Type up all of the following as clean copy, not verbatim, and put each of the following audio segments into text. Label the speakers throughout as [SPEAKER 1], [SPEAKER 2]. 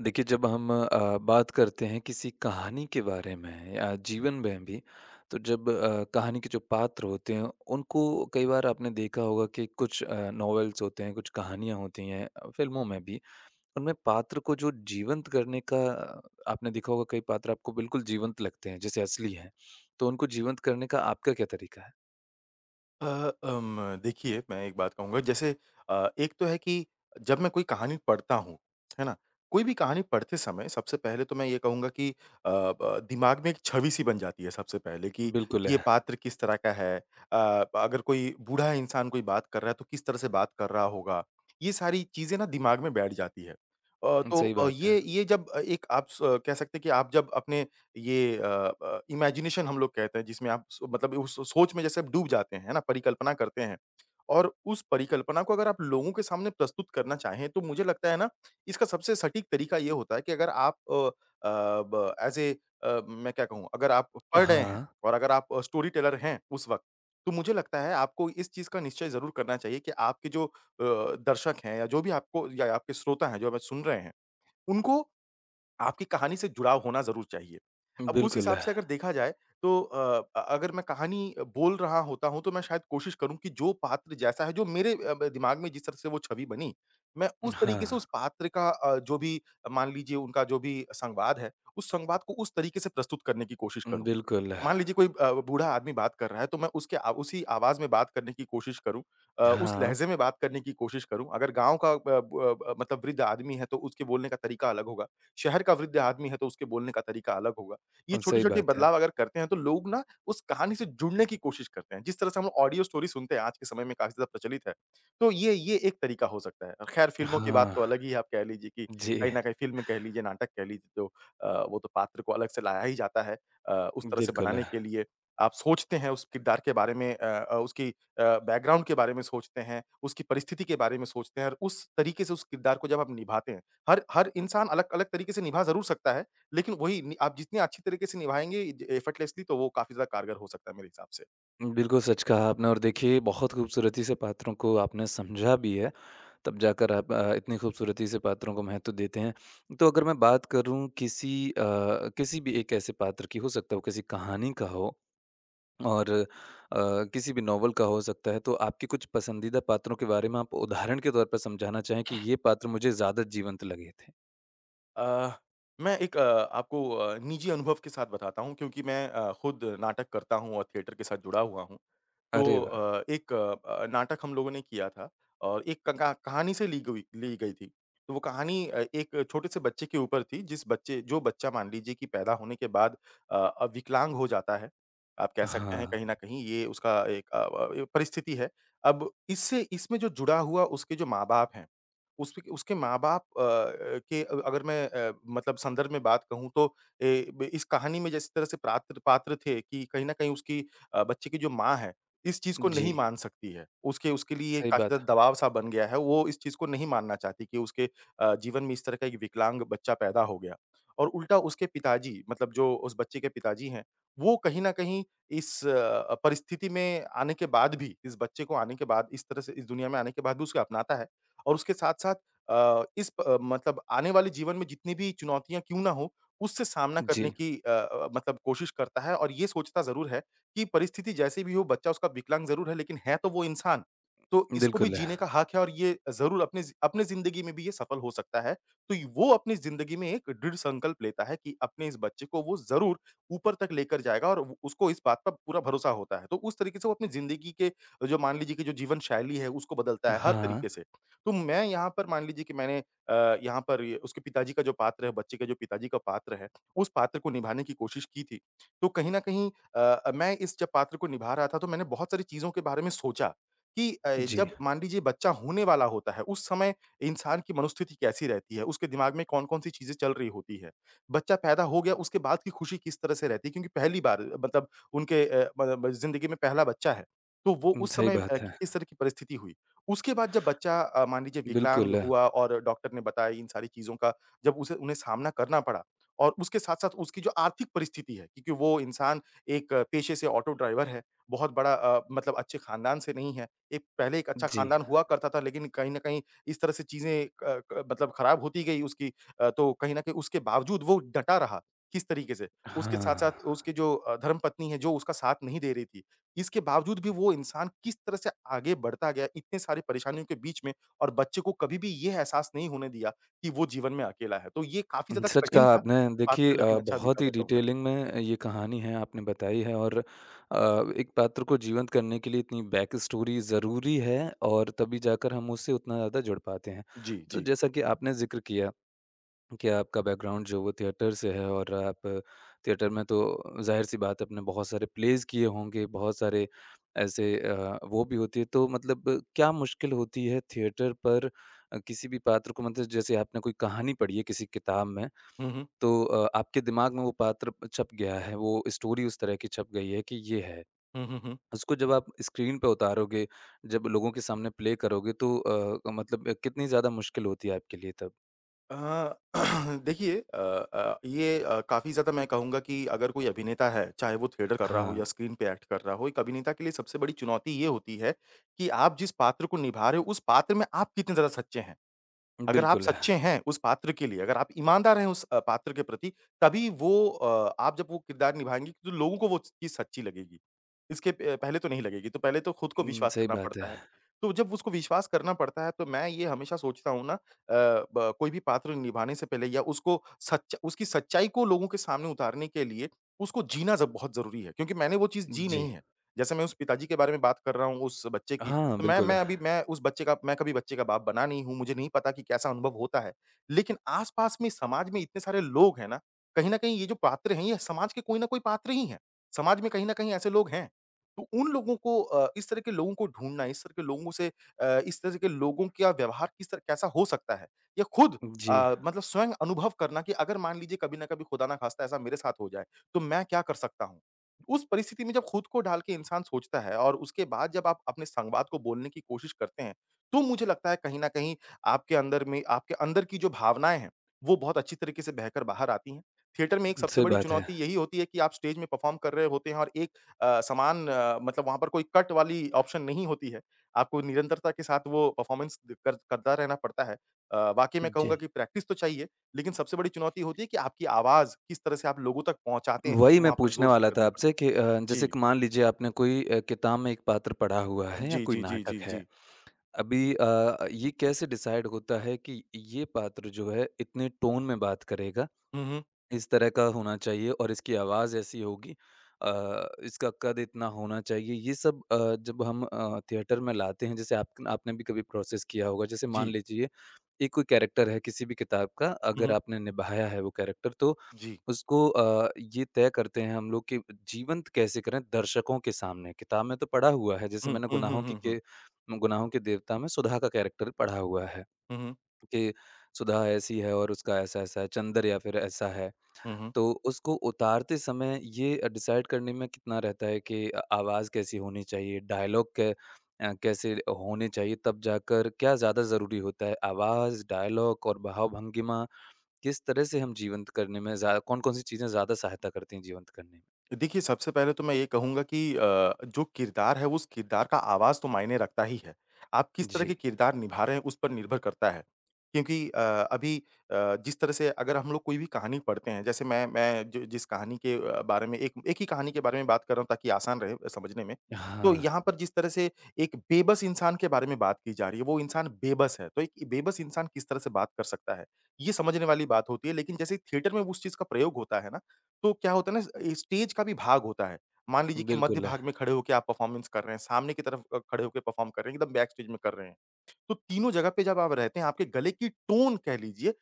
[SPEAKER 1] देखिए, जब हम बात करते हैं किसी कहानी के बारे में या जीवन में भी। तो जब कहानी के जो पात्र होते हैं उनको कई बार आपने देखा होगा कि कुछ नॉवेल्स होते हैं, कुछ कहानियां होती हैं, फिल्मों में भी उनमें पात्र को जो जीवंत करने का आपने देखा होगा, कई पात्र आपको बिल्कुल जीवंत लगते हैं जैसे असली हैं। तो उनको जीवंत करने का आपका क्या तरीका है?
[SPEAKER 2] अ, देखिए मैं एक बात कहूँगा जैसे एक तो है कि जब मैं कोई कहानी पढ़ता हूँ, है ना? कोई भी कहानी पढ़ते समय सबसे पहले तो मैं ये कहूँगा कि अ, ब दिमाग में एक छवि-सी बन जाती है सबसे पहले कि
[SPEAKER 1] बिल्कुल
[SPEAKER 2] ये
[SPEAKER 1] है।
[SPEAKER 2] पात्र किस तरह का है? अ, अगर कोई बूढ़ा इंसान कोई बात कर रहा है तो किस तरह से बात कर रहा होगा? ये सारी चीज़ें ना दिमाग में बैठ जाती है। अ, तो
[SPEAKER 1] सही
[SPEAKER 2] अ,
[SPEAKER 1] बात है।
[SPEAKER 2] ये जब अ, एक आप स कह सकते हैं कि आप जब अपने ये अ इमेजिनेशन हम लोग कहते हैं जिसमें आप सो मतलब उस सोच में जैसे आप डूब जाते हैं, है ना? परिकल्पना करते हैं और उस परिकल्पना को अगर आप लोगों के सामने प्रस्तुत करना चाहें तो मुझे लगता है ना, इसका सबसे सटीक तरीका ये होता है कि अगर आप अ अ, ब एज़ ए मैं क्या कहूँ अगर आप पढ़ रहे हैं
[SPEAKER 1] हाँ,
[SPEAKER 2] और अगर आप स्टोरी टेलर हैं उस वक़्त, तो मुझे लगता है आपको इस चीज़ का निश्चय ज़रूर करना चाहिए कि आपके जो दर्शक हैं या जो भी आपको या आपके श्रोता हैं, जो हमें सुन रहे हैं, उनको आपकी कहानी से जुड़ाव होना ज़रूर चाहिए। अब उस
[SPEAKER 1] बिल्कुल
[SPEAKER 2] हिसाब
[SPEAKER 1] है।
[SPEAKER 2] से अगर देखा जाए तो अगर मैं कहानी बोल रहा होता हूँ तो मैं शायद कोशिश करूँ कि जो पात्र जैसा है, जो मेरे अ, ब दिमाग में जिस तरह से वो छवि बनी, मैं उस तरीके से उस
[SPEAKER 1] हाँ,
[SPEAKER 2] पात्र का जो भी मान लीजिए उनका जो भी संवाद है, उस संवाद को उस तरीके से प्रस्तुत करने की कोशिश करूँ।
[SPEAKER 1] बिल्कुल है।
[SPEAKER 2] मान लीजिए कोई बूढ़ा आदमी बात कर रहा है, तो मैं उसके उसी आवाज़ में बात करने की कोशिश करूँ, उस
[SPEAKER 1] हाँ,
[SPEAKER 2] लहज़े में बात करने की कोशिश करूँ। अगर गाँव का ब ब ब मतलब वृद्ध आदमी है, तो उसके बोलने का तरीका अलग होगा। शहर का वृद्ध आदमी है, तो उसके बोलने का तरीका अलग होगा। ये
[SPEAKER 1] सही
[SPEAKER 2] छोटे-छोटे
[SPEAKER 1] बात है।
[SPEAKER 2] बदलाव अगर करते हैं, तो लोग ना उस कहानी से जुड़ने की कोशिश करते हैं। जिस तरह से हम ऑडियो स्टोरी सुनते हैं, आज के समय में काफ़ी ज़्यादा प्रचलित है। तो ये एक तरीका हो सकता है। और ख़ैर फ़िल्मों की बात
[SPEAKER 1] हाँ,
[SPEAKER 2] तो अलग ही है, आप कह लीजिए कि
[SPEAKER 1] जी।
[SPEAKER 2] कहीं न कहीं फ़िल्म कह लीजिए, नाटक कह लीजिए, तो वो तो पात्र को अलग से लाया ही जाता है। उस तरह से
[SPEAKER 1] बिल्कुल,
[SPEAKER 2] बनाने के लिए आप सोचते हैं उस किरदार के बारे में उसकी बैकग्राउंड के बारे में सोचते हैं, उसकी परिस्थिति के बारे में सोचते हैं और उस तरीके से उस किरदार को जब आप निभाते हैं, हर हर इंसान अलग-अलग तरीके से निभा ज़रूर सकता है, लेकिन वही नि आप जितनी अच्छी तरीके से निभाएँगे ज एफर्टलेसली तो वो काफ़ी ज़्यादा कारगर हो सकता है मेरे हिसाब से।
[SPEAKER 1] बिल्कुल सच कहा आपने, और देखिए बहुत खूबसूरती से पात्रों को आपने समझा भी है, तब जाकर आप इतनी खूबसूरती से पात्रों को महत्व देते हैं। तो अगर मैं बात करूँ किसी किसी भी एक ऐसे पात्र की, हो सकता है वो किसी कहानी का हो और किसी भी नॉवल का हो सकता है, तो आपके कुछ पसंदीदा पात्रों के बारे में आप उदाहरण के तौर पर समझाना चाहें कि ये पात्र मुझे ज़्यादा जीवंत लगे थे?
[SPEAKER 2] अ, मैं एक आपको निजी अनुभव के साथ बताता हूँ क्योंकि मैं खुद नाटक करता हूँ और थिएटर के साथ जुड़ा हुआ हूँ।
[SPEAKER 1] अरे
[SPEAKER 2] तो
[SPEAKER 1] वाह!
[SPEAKER 2] एक नाटक हम लोगों ने किया था और एक क का कहानी से ली गई थी। तो वो कहानी एक छोटे से बच्चे के ऊपर थी जिस बच्चे जो बच्चा मान लीजिए कि पैदा होने के बाद विकलांग हो जाता है। आप कह सकते
[SPEAKER 1] हाँ,
[SPEAKER 2] हैं कहीं न कहीं ये उसका एक अ, व परिस्थिति है। अब इससे इसमें जो जुड़ा हुआ उसके जो माँ-बाप हैं उसपे उसके माँ-बाप अ अ, के अ, अगर मैं अ, मतलब संदर्भ में बात कहूँ तो ए, ब इस कहानी में जिस तरह से पात्र पात्र थे कि कहीं न कहीं उसकी बच्चे की जो माँ है, इस चीज़ को
[SPEAKER 1] जी,
[SPEAKER 2] नहीं मान सकती है। उसके उसके लिए
[SPEAKER 1] सही
[SPEAKER 2] काफ़ी
[SPEAKER 1] बात
[SPEAKER 2] ज़्यादा
[SPEAKER 1] है।
[SPEAKER 2] दबाव-सा बन गया है, वो इस चीज़ को नहीं मानना चाहती कि उसके जीवन में इस तरह का एक विकलांग बच्चा पैदा हो गया। और उल्टा उसके पिताजी मतलब जो उस बच्चे के पिताजी हैं, वो कहीं न कहीं इस परिस्थिति में आने के बाद भी, इस बच्चे को आने के बाद इस तरह से इस दुनिया में आने के बाद भी उसे अपनाता है। और उसके साथ-साथ अ, इस प मतलब आने वाले जीवन में जितनी भी चुनौतियाँ क्यों ना हो, उससे सामना करने
[SPEAKER 1] जी,
[SPEAKER 2] की कोशिश करता है और ये सोचता ज़रूर है कि परिस्थिति जैसी भी हो, बच्चा उसका विकलांग ज़रूर है, लेकिन है तो वो इंसान। तो इसको भी
[SPEAKER 1] बिल्कुल।
[SPEAKER 2] जीने का हक है और ये ज़रूर अपने ज़िंदगी में भी ये सफल हो सकता है। तो य वो अपनी ज़िंदगी में एक दृढ़ संकल्प लेता है कि अपने इस बच्चे को वो ज़रूर ऊपर तक लेकर जाएगा और उ उसको इस बात पर पूरा भरोसा होता है। तो उस तरीके से वो अपनी ज़िंदगी के जो मान लीजिए कि जो जीवन शैली है, उसको बदलता है हर
[SPEAKER 1] हाँ,
[SPEAKER 2] तरीके से। तो मैं यहाँ पर मान लीजिए कि मैंने यहाँ पर ये उसके पिताजी का जो पात्र है, बच्चे के जो पिताजी का पात्र है, उस पात्र को निभाने की कोशिश की थी। तो कहीं न कहीं मैं इस जब पात्र को निभा रहा था तो मैंने बहुत सारी चीज़ों के बारे में सोचा कि
[SPEAKER 1] जी।
[SPEAKER 2] जब मान लीजिए बच्चा होने वाला होता है, उस समय इंसान की मनोस्थिति कैसी रहती है, उसके दिमाग में कौन-कौन सी चीज़ें चल रही होती है। बच्चा पैदा हो गया उसके बाद की खुशी किस तरह से रहती है क्योंकि पहली बार मतलब उनके अ, ब ब ज़िंदगी में पहला बच्चा है। तो वो उस
[SPEAKER 1] सही
[SPEAKER 2] समय अ,
[SPEAKER 1] बात है।
[SPEAKER 2] कि किस तरह की परिस्थिति हुई। उसके बाद जब बच्चा मान लीजिए विकलांग
[SPEAKER 1] बिल्कुल,
[SPEAKER 2] हुआ और डॉक्टर ने बताया इन सारी चीज़ों का जब उसे उन्हें सामना करना पड़ा और उसके साथ-साथ उसकी जो आर्थिक परिस्थिति है क्योंकि वो इंसान एक पेशे से ऑटो ड्राइवर है, बहुत बड़ा अच्छे खानदान से नहीं है। एक अच्छा
[SPEAKER 1] जी।
[SPEAKER 2] खानदान हुआ करता था लेकिन कहीं न कहीं इस तरह से चीज़ें क क मतलब खराब होती गई उसकी। तो कहीं न कहीं उसके बावजूद वो डटा रहा, किस तरीके से। उसके साथ-साथ
[SPEAKER 1] हाँ,
[SPEAKER 2] उसके जो धर्मपत्नी है जो उसका साथ नहीं दे रही थी। इसके बावजूद भी वो इंसान किस तरह से आगे बढ़ता गया इतने सारी परेशानियों के बीच में और बच्चे को कभी भी ये एहसास नहीं होने दिया कि वो जीवन में अकेला है। तो ये काफ़ी ज़्यादा
[SPEAKER 1] सच
[SPEAKER 2] कठिन
[SPEAKER 1] कहा
[SPEAKER 2] था,
[SPEAKER 1] आपने। देखिए
[SPEAKER 2] पात्र लेकिन अच्छा भी
[SPEAKER 1] बहुत
[SPEAKER 2] था
[SPEAKER 1] ही
[SPEAKER 2] मैं कहूँगा।
[SPEAKER 1] डिटेलिंग में ये कहानी है आपने बताई है, और एक पात्र को जीवंत करने के लिए इतनी बैक स्टोरी ज़रूरी है, और तभी जाकर हम उससे उतना ज़्यादा जुड़ पाते हैं।
[SPEAKER 2] जी,
[SPEAKER 1] तो
[SPEAKER 2] जी।
[SPEAKER 1] जैसा कि आपने ज़िक्र किया, क्या आपका बैकग्राउंड जो है वो थिएटर से है, और आप थिएटर में तो ज़ाहिर-सी बात है आपने बहुत सारे प्लेज़ किए होंगे, बहुत सारे ऐसे वो भी होती है तो मतलब क्या मुश्किल होती है थिएटर पर किसी भी पात्र को? मतलब जैसे आपने कोई कहानी पढ़ी है किसी किताब में,
[SPEAKER 2] हुँ, हुँ।
[SPEAKER 1] तो आपके दिमाग में वो पात्र छप गया है, वो स्टोरी उस तरह की छप गई है कि ये है।
[SPEAKER 2] हुँ, हुँ, हुँ।
[SPEAKER 1] उसको जब आप स्क्रीन पे उतारोगे, जब लोगों के सामने प्ले करोगे, तो मतलब कितनी ज़्यादा मुश्किल होती है आपके लिए तब?
[SPEAKER 2] अ, देखिए, काफ़ी ज़्यादा मैं कहूँगा कि अगर कोई अभिनेता है, चाहे वो थिएटर कर रहा हो या
[SPEAKER 1] हाँ,
[SPEAKER 2] स्क्रीन पे एक्ट कर रहा हो, एक अभिनेता के लिए सबसे बड़ी चुनौती ये होती है कि आप जिस पात्र को निभा रहे हो, उस पात्र में आप कितने ज़्यादा सच्चे हैं। अगर आप
[SPEAKER 1] बिल्कुल।
[SPEAKER 2] सच्चे हैं उस पात्र के लिए, अगर आप ईमानदार हैं उस पात्र के प्रति, तभी वो आप जब वो किरदार निभाएँगे तो लोगों को वो चीज़ सच्ची लगेगी। इसके प पहले तो नहीं लगेगी, तो पहले तो खुद को
[SPEAKER 1] हुँ,
[SPEAKER 2] विश्वास
[SPEAKER 1] सही
[SPEAKER 2] करना
[SPEAKER 1] बात
[SPEAKER 2] पड़ता
[SPEAKER 1] है।
[SPEAKER 2] है। तो जब उसको विश्वास करना पड़ता है, तो मैं ये हमेशा सोचता हूँ ना अ, ब कोई भी पात्र निभाने से पहले या उसको सच्च उसकी सच्चाई को लोगों के सामने उतारने के लिए उसको जीना ज़ बहुत ज़रूरी है, क्योंकि मैंने वो चीज़ जी
[SPEAKER 1] जी।
[SPEAKER 2] नहीं है। जैसे मैं उस पिताजी के बारे में बात कर रहा हूँ, उस बच्चे की,
[SPEAKER 1] हाँ,
[SPEAKER 2] तो मैं
[SPEAKER 1] बिल्कुल।
[SPEAKER 2] मैं अभी मैं उस बच्चे का मैं कभी बच्चे का बाप बना नहीं हूँ, मुझे नहीं पता कि कैसा अनुभव होता है। लेकिन आस-पास में समाज में इतने सारे लोग हैं ना, कहीं न कहीं ये जो पात्र हैं, ये समाज के कोई न कोई पात्र ही हैं। समाज में कहीं न कहीं ऐसे लोग हैं। तो उन लोगों को इस तरह के लोगों को ढूँढना, इस तरह के लोगों से इस तरह के लोगों का व्यवहार किस तरह कैसा हो सकता है? या खुद
[SPEAKER 1] जी,
[SPEAKER 2] स्वयं अनुभव करना कि अगर मान लीजिए कभी न कभी खुदा ना खास्ता ऐसा मेरे साथ हो जाए, तो मैं क्या कर सकता हूँ? उस परिस्थिति में जब खुद को ढाल के इंसान सोचता है और उसके बाद जब आप अपने संवाद को बोलने की कोशिश करते हैं, तो मुझे लगता है कहीं न कहीं आपके अंदर में आपके अंदर की जो भावनाएँ हैं, वो बहुत अच्छी तरीके से बहकर बाहर आती हैं। थिएटर में एक सबसे
[SPEAKER 1] सही
[SPEAKER 2] बड़ी
[SPEAKER 1] बात है।
[SPEAKER 2] चुनौती यही होती है कि आप स्टेज में परफ़ॉर्म कर रहे होते हैं और एक समान वहाँ पर कोई कट वाली ऑप्शन नहीं होती है। आपको निरंतरता के साथ वो परफ़ॉर्मेंस द कर करता रहना पड़ता है। वाक़ई मैं कहूँगा
[SPEAKER 1] जी,
[SPEAKER 2] कि प्रैक्टिस तो चाहिए, लेकिन सबसे बड़ी चुनौती होती है कि आपकी आवाज़ किस तरह से आप लोगों तक पहुँचाते हैं,
[SPEAKER 1] वही
[SPEAKER 2] क्योंकि
[SPEAKER 1] मैं
[SPEAKER 2] वहाँ पर
[SPEAKER 1] पूछने
[SPEAKER 2] ज़ोर से
[SPEAKER 1] वाला
[SPEAKER 2] करनी
[SPEAKER 1] था आपसे कि
[SPEAKER 2] पड़ती है।
[SPEAKER 1] जैसे
[SPEAKER 2] जी।
[SPEAKER 1] कि मान लीजिए आपने कोई किताब में एक पात्र पढ़ा हुआ है या
[SPEAKER 2] जी,
[SPEAKER 1] कोई
[SPEAKER 2] जी, जी, जी,
[SPEAKER 1] नाटक
[SPEAKER 2] जी।
[SPEAKER 1] है। अभी ये कैसे डिसाइड होता है कि ये पात्र जो है इतने टोन में बात करेगा,
[SPEAKER 2] हुँ, हुँ।
[SPEAKER 1] इस तरह का होना चाहिए और इसकी आवाज़ ऐसी होगी, इसका कद इतना होना चाहिए। ये सब जब हम थिएटर में लाते हैं, जैसे आप आपने भी कभी प्रोसेस किया होगा। जैसे मान
[SPEAKER 2] जी।
[SPEAKER 1] लीजिए एक कोई कैरेक्टर है किसी भी किताब का,
[SPEAKER 2] हुँ,
[SPEAKER 1] अगर
[SPEAKER 2] हुँ।
[SPEAKER 1] आपने निभाया है वो कैरेक्टर, तो
[SPEAKER 2] जी।
[SPEAKER 1] उसको ये तय करते हैं हम लोग कि जीवंत कैसे करें दर्शकों के सामने। किताब में तो पढ़ा हुआ है, जैसे
[SPEAKER 2] हुँ,
[SPEAKER 1] मैंने
[SPEAKER 2] हुँ, हुँ, हुँ, हुँ,
[SPEAKER 1] गुनाहों के देवता में सुधा का कैरेक्टर पढ़ा हुआ है,
[SPEAKER 2] हुँ, हुँ,
[SPEAKER 1] कि सुधा ऐसी है और उसका ऐसा-ऐसा है, चंदर या फिर ऐसा है।
[SPEAKER 2] हुँ, हुँ।
[SPEAKER 1] तो उसको उतारते समय ये डिसाइड करने में कितना रहता है कि आवाज़ कैसी होनी चाहिए, डायलॉग कैसे होने चाहिए, तब जाकर क्या ज़्यादा ज़रूरी होता है? आवाज़, डायलॉग और भाव-भंगिमा किस तरह से हम जीवंत करने में ज़्या कौन-कौन सी चीज़ें ज़्यादा सहायता करती हैं जीवंत करने में?
[SPEAKER 2] देखिए, सबसे पहले तो मैं ये कहूँगा कि जो किरदार है, उस किरदार का आवाज़ तो मायने रखता ही है। आप किस तरह
[SPEAKER 1] जी।
[SPEAKER 2] के किरदार निभा रहे हैं, उस पर निर्भर करता है। क्योंकि अभी जिस तरह से अगर हम लोग कोई भी कहानी पढ़ते हैं, जैसे मैं ज जिस कहानी के बारे में एक एक ही कहानी के बारे में बात कर रहा हूँ, ताकि आसान रहे समझने में। तो
[SPEAKER 1] हाँ,
[SPEAKER 2] यहाँ पर जिस तरह से एक बेबस इंसान के बारे में बात की जा रही है, वो इंसान बेबस है। तो एक बेबस इंसान किस तरह से बात कर सकता है, ये समझने वाली बात होती है। लेकिन जैसे थिएटर में उस चीज़ का प्रयोग होता है ना, तो क्या होता है ना स्टेज का भी भाग होता है। मान लीजिए कि मध्य
[SPEAKER 1] बिल्कुल।
[SPEAKER 2] भाग में खड़े होके आप परफॉर्मेंस कर रहे हैं, सामने की तरफ खड़े होके परफॉर्म कर रहे हैं, एकदम बैक स्टेज में कर रहे हैं। तो तीनों जगह पे जब आप रहते हैं, आपके गले की टोन कह लीजिए,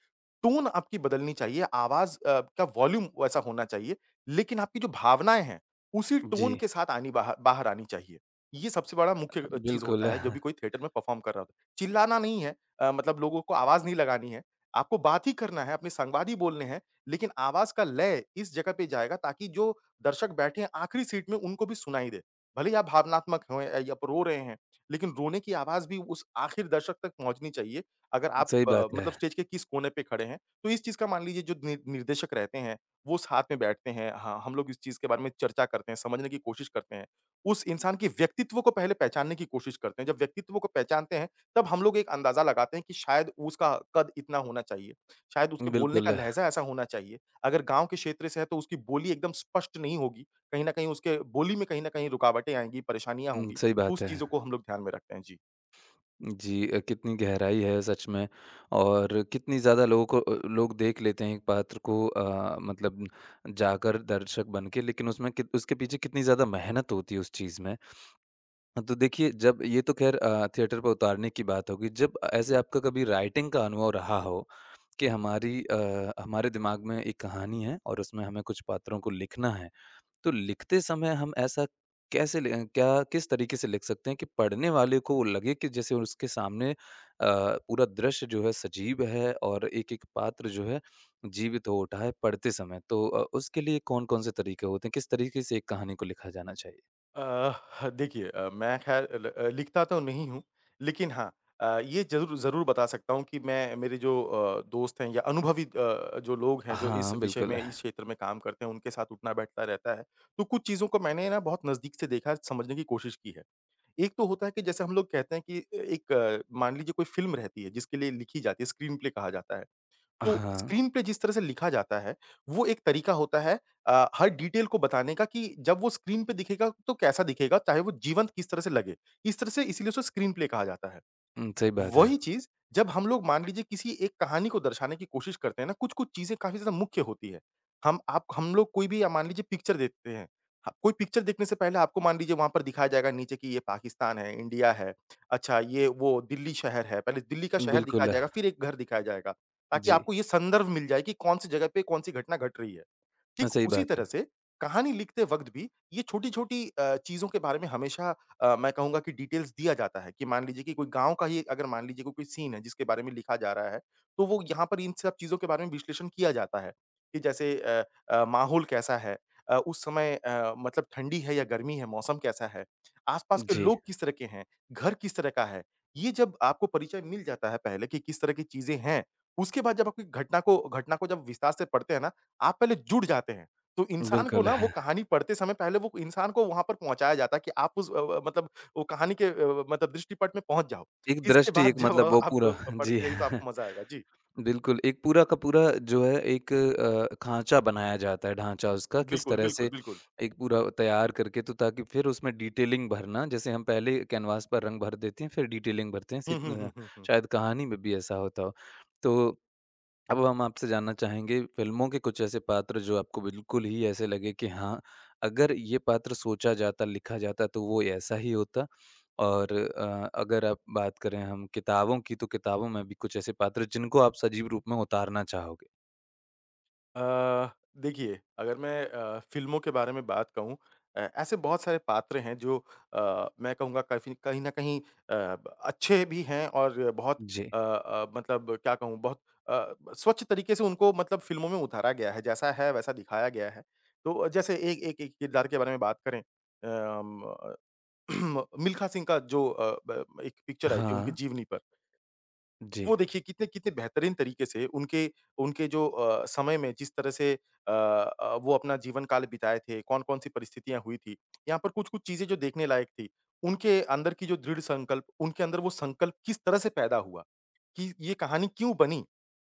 [SPEAKER 2] टोन आपकी बदलनी चाहिए, आवाज़ का वॉल्यूम वैसा होना चाहिए, लेकिन आपकी जो भावनाएँ हैं, उसी टोन
[SPEAKER 1] जी,
[SPEAKER 2] के साथ आनी बाहर बाहर आनी चाहिए। ये सबसे बड़ा मुख्य चीज़ होता
[SPEAKER 1] बिल्कुल।
[SPEAKER 2] है, जब भी कोई थिएटर में परफ़ॉर्म कर रहा हो। चिल्लाना नहीं है लोगों को आवाज़ नहीं लगानी है, आपको बात ही करना है, अपने संवाद ही बोलने हैं, लेकिन आवाज़ का लय इस जगह पे जाएगा ताकि जो दर्शक बैठे हैं आखिरी सीट में, उनको भी सुनाई दे। भले ही आप भावनात्मक हों या आप रो रहे हैं, लेकिन रोने की आवाज़ भी उस आखिर दर्शक तक पहुँचनी चाहिए। अगर आप
[SPEAKER 1] सही बात है।
[SPEAKER 2] स्टेज के किस कोने पे खड़े हैं, तो इस चीज़ का मान लीजिए जो नि निर्देशक रहते हैं, वो साथ में बैठते हैं। हाँ, हम लोग इस चीज़ के बारे में चर्चा करते हैं, समझने की कोशिश करते हैं। उस इंसान के व्यक्तित्व को पहले पहचानने की कोशिश करते हैं। जब व्यक्तित्व को पहचानते हैं, तब हम लोग एक अंदाज़ा लगाते हैं कि शायद उसका कद इतना होना चाहिए, शायद उसके बोलने का
[SPEAKER 1] बिल्कुल,
[SPEAKER 2] लहज़ा ऐसा होना चाहिए। अगर गाँव के क्षेत्र से है, तो उसकी बोली एकदम स्पष्ट नहीं होगी। कहीं न कहीं उसके बोली में कहीं न कहीं रुकावटें आएँगी, परेशानियाँ
[SPEAKER 1] हुँ,
[SPEAKER 2] होंगी।
[SPEAKER 1] सही बात
[SPEAKER 2] उस
[SPEAKER 1] है।
[SPEAKER 2] चीज़ों को हम लोग ध्यान में रखते हैं? जी।
[SPEAKER 1] जी, कितनी गहराई है सच में, और कितनी ज़्यादा लोगों को लोग देख लेते हैं एक पात्र को, मतलब जाकर दर्शक बन के, लेकिन उसमें कित उसके पीछे कितनी ज़्यादा मेहनत होती है उस चीज़ में। तो देखिए, जब ये तो ख़ैर थिएटर पे उतारने की बात होगी। जब ऐसे आपका कभी राइटिंग का अनुभव रहा हो कि हमारी हमारे दिमाग में एक कहानी है और उसमें हमें कुछ पात्रों को लिखना है। तो लिखते समय हम ऐसा कैसे लि अ, क्या किस तरीके से लिख सकते हैं कि पढ़ने वाले को वो लगे कि जैसे उसके सामने पूरा दृश्य जो है सजीव है और एक-एक पात्र जो है जीवित हो उठा है पढ़ते समय? तो उसके लिए कौन-कौन से तरीके होते हैं? किस तरीके से एक कहानी को लिखा जाना चाहिए?
[SPEAKER 2] देखिए मैं ख़ैर लिखता तो नहीं हूँ, लेकिन हाँ ये ज़रूर ज़रूर बता सकता हूँ कि मैं मेरे जो दोस्त हैं या अनुभवी जो लोग हैं, जो इस
[SPEAKER 1] हाँ,
[SPEAKER 2] विषय में,
[SPEAKER 1] बिल्कुल।
[SPEAKER 2] इस क्षेत्र में काम करते हैं, उनके साथ उठना-बैठना रहता है। तो कुछ चीज़ों को मैंने ना बहुत नज़दीक से देखा, समझने की कोशिश की है। एक तो होता है कि जैसे हम लोग कहते हैं कि एक मान लीजिए कोई फ़िल्म रहती है, जिसके लिए लिखी जाती है, स्क्रीनप्ले कहा जाता है। तो
[SPEAKER 1] हाँ।
[SPEAKER 2] स्क्रीन पे जिस तरह से लिखा जाता है, वो एक तरीका होता है हर डिटेल को बताने का कि जब वो स्क्रीन पे दिखेगा तो कैसा दिखेगा, चाहे वो जीवंत किस तरह से लगे। इस तरह से इसीलिए उसे स्क्रीन प्ले कहा जाता है।
[SPEAKER 1] सही बात है।
[SPEAKER 2] वही चीज़ जब हम लोग मान लीजिए किसी एक कहानी को दर्शाने की कोशिश करते हैं ना, कुछ-कुछ चीज़ें काफ़ी ज़्यादा मुख्य होती है। हम लोग कोई भी मान लीजिए पिक्चर देखते हैं। ह कोई पिक्चर देखने से पहले आपको मान लीजिए वहाँ पर दिखाया जाएगा नीचे कि ये पाकिस्तान है, इंडिया है, अच्छा ये वो दिल्ली शहर है, पहले दिल्ली का शहर दिखाया
[SPEAKER 1] बिल्कुल।
[SPEAKER 2] जाएगा, फिर एक घर दिखाया जाएगा, ताकि
[SPEAKER 1] जी।
[SPEAKER 2] आपको ये संदर्भ मिल जाए कि कौन-सी जगह पे कौन-सी घटना घट रही है। ठीक
[SPEAKER 1] सही
[SPEAKER 2] उसी
[SPEAKER 1] बात
[SPEAKER 2] तरह
[SPEAKER 1] है।
[SPEAKER 2] से कहानी लिखते वक़्त भी ये छोटी-छोटी चीज़ों के बारे में हमेशा मैं कहूँगा कि डिटेल्स दिया जाता है कि मान लीजिए कि कोई गाँव का ही अगर मान लीजिए कोई कोई सीन है जिसके बारे में लिखा जा रहा है, तो वो यहाँ पर इन सब चीज़ों के बारे में विश्लेषण किया जाता है। कि जैसे माहौल कैसा है? उस समय ठंडी है या गर्मी है? मौसम कैसा है? आस-पास के
[SPEAKER 1] जी,
[SPEAKER 2] लोग किस तरह के हैं? घर किस तरह का है? ये जब आपको परिचय मिल जाता है पहले कि किस तरह की चीज़ें हैं, उसके बाद जब आपकी घटना को जब विस्तार से पढ़ते हैं ना आप पहले जुड़ जाते हैं। तो इंसान को
[SPEAKER 1] बिल्कुल
[SPEAKER 2] ना वो
[SPEAKER 1] है।
[SPEAKER 2] कहानी पढ़ते समय पहले वो इंसान को वहाँ पर पहुँचाया जाता है कि आप उस वो कहानी के दृष्टिपट में पहुँच जाओ।
[SPEAKER 1] एक
[SPEAKER 2] इसके
[SPEAKER 1] दृष्टि,
[SPEAKER 2] बाद
[SPEAKER 1] एक
[SPEAKER 2] जब
[SPEAKER 1] मतलब वो
[SPEAKER 2] आप
[SPEAKER 1] पूरा
[SPEAKER 2] पढ़ते
[SPEAKER 1] जी।
[SPEAKER 2] जाइए तो आपको मज़ा आएगा। जी।
[SPEAKER 1] बिल्कुल, एक पूरा का पूरा जो है एक खाँचा बनाया जाता है, ढाँचा उसका किस
[SPEAKER 2] बिल्कुल,
[SPEAKER 1] तरह
[SPEAKER 2] बिल्कुल,
[SPEAKER 1] से
[SPEAKER 2] बिल्कुल।
[SPEAKER 1] एक पूरा तैयार करके, तो ताकि फिर उसमें डिटेलिंग भरना, जैसे हम पहले कैनवास पर रंग भर देते हैं, फिर डिटेलिंग भरते हैं,
[SPEAKER 2] हुँ, हुँ, हुँ, हुँ, हुँ।
[SPEAKER 1] शायद कहानी में भी ऐसा होता हो। तो अब हम आपसे जानना चाहेंगे फिल्मों के कुछ ऐसे पात्र जो आपको बिल्कुल ही ऐसे लगे कि हाँ, अगर ये पात्र सोचा जाता, लिखा जाता तो वो ऐसा ही होता। और अगर आप बात करें हम किताबों की, तो किताबों में भी कुछ ऐसे पात्र जिनको आप सजीव रूप में उतारना चाहोगे?
[SPEAKER 2] अ, देखिए, अगर मैं फ़िल्मों के बारे में बात कहूँ ऐसे बहुत सारे पात्र हैं जो मैं कहूँगा काफ़ी कहीं न कहीं अ, ब अच्छे भी हैं और बहुत
[SPEAKER 1] जी।
[SPEAKER 2] अ अ, मतलब क्या कहूँ बहुत अ, ब स्वच्छ तरीके से उनको मतलब फ़िल्मों में उतारा गया है, जैसा है वैसा दिखाया गया है। तो जैसे एक एक एक किरदार के बारे में बात करें मिल्खा सिंह का जो अ, ब एक पिक्चर आई थी उनकी
[SPEAKER 1] हाँ,
[SPEAKER 2] जीवनी पर।
[SPEAKER 1] जी।
[SPEAKER 2] वो देखिए कितने कितने बेहतरीन तरीके से उनके उनके जो समय में जिस तरह से वो अपना जीवन काल बिताए थे, कौन-कौन सी परिस्थितियाँ हुई थी। यहाँ पर कुछ-कुछ चीज़ें जो देखने लायक थी, उनके अंदर की जो दृढ़ संकल्प, उनके अंदर वो संकल्प किस तरह से पैदा हुआ। कि ये कहानी क्यों बनी?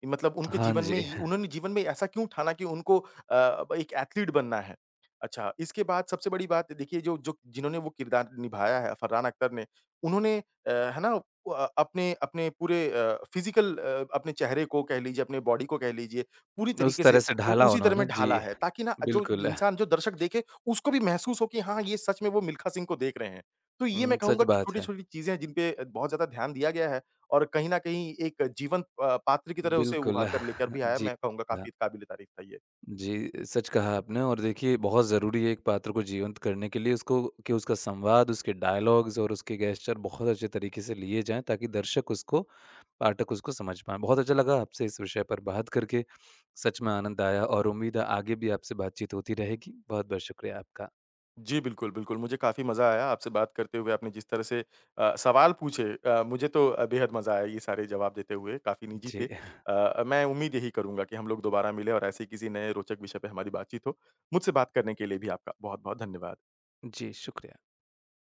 [SPEAKER 2] मतलब उनके
[SPEAKER 1] हाँ
[SPEAKER 2] जीवन में
[SPEAKER 1] जी।
[SPEAKER 2] ये उन्होंने जीवन में ऐसा क्यों ठाना कि उनको अ, ब एक एथलीट बनना है? अच्छा, इसके बाद सबसे बड़ी बात देखिए जो जो जिन्होंने वो किरदार निभाया है फरहान अख्तर ने, उन्होंने है ना वो अपने अपने पूरे फिज़िकल अपने चेहरे को कह लीजिए, अपने बॉडी को कह लीजिए, पूरी
[SPEAKER 1] उस
[SPEAKER 2] तरीके से
[SPEAKER 1] तरह से
[SPEAKER 2] उ
[SPEAKER 1] ढाला
[SPEAKER 2] उसी तरह
[SPEAKER 1] उन्होंने
[SPEAKER 2] में
[SPEAKER 1] जी,
[SPEAKER 2] ढाला है ताकि ना
[SPEAKER 1] बिल्कुल।
[SPEAKER 2] जो दर्शक देखे, उसको भी महसूस हो कि हाँ, ये सच में वो मिल्खा सिंह को देख रहे हैं। तो ये मैं
[SPEAKER 1] सच
[SPEAKER 2] कहूँगा कि
[SPEAKER 1] बात है।
[SPEAKER 2] छोटी-छोटी चीज़ें हैं जिन पे बहुत ज़्यादा ध्यान दिया गया है। और कहीं न कहीं एक जीवंत पात्र की तरह उसे
[SPEAKER 1] बिल्कुल,
[SPEAKER 2] उभार कर लेकर भी आया,
[SPEAKER 1] जी।
[SPEAKER 2] मैं कहूँगा काफ़ी काबिले तारीफ़ था ये।
[SPEAKER 1] जी, सच कहा आपने, और देखिए बहुत ज़रूरी है एक पात्र को जीवंत करने के लिए उसको, कि उसका संवाद, उसके डायलॉग्स और उसके गेस्चर बहुत अच्छे तरीके से लिए जाएँ, ताकि दर्शक उसको, पाठक उसको समझ पाएँ। बहुत अच्छा लगा आपसे इस विषय पर बात करके, सच में आनंद आया और उम्मीद है आगे भी आपसे बातचीत होती रहेगी। बहुत-बहुत शुक्रिया आपका।
[SPEAKER 2] जी, बिल्कुल, बिल्कुल, मुझे काफ़ी मज़ा आया आपसे बात करते हुए, आपने जिस तरह से सवाल पूछे मुझे तो बेहद मज़ा आया ये सारे जवाब देते हुए, काफ़ी निजी थे।
[SPEAKER 1] जी,
[SPEAKER 2] मैं उम्मीद यही करूँगा कि हम लोग दोबारा मिलें और ऐसे ही किसी नए रोचक विषय पे हमारी बातचीत हो। मुझसे बात करने के लिए भी आपका बहुत-बहुत धन्यवाद।
[SPEAKER 1] जी, शुक्रिया।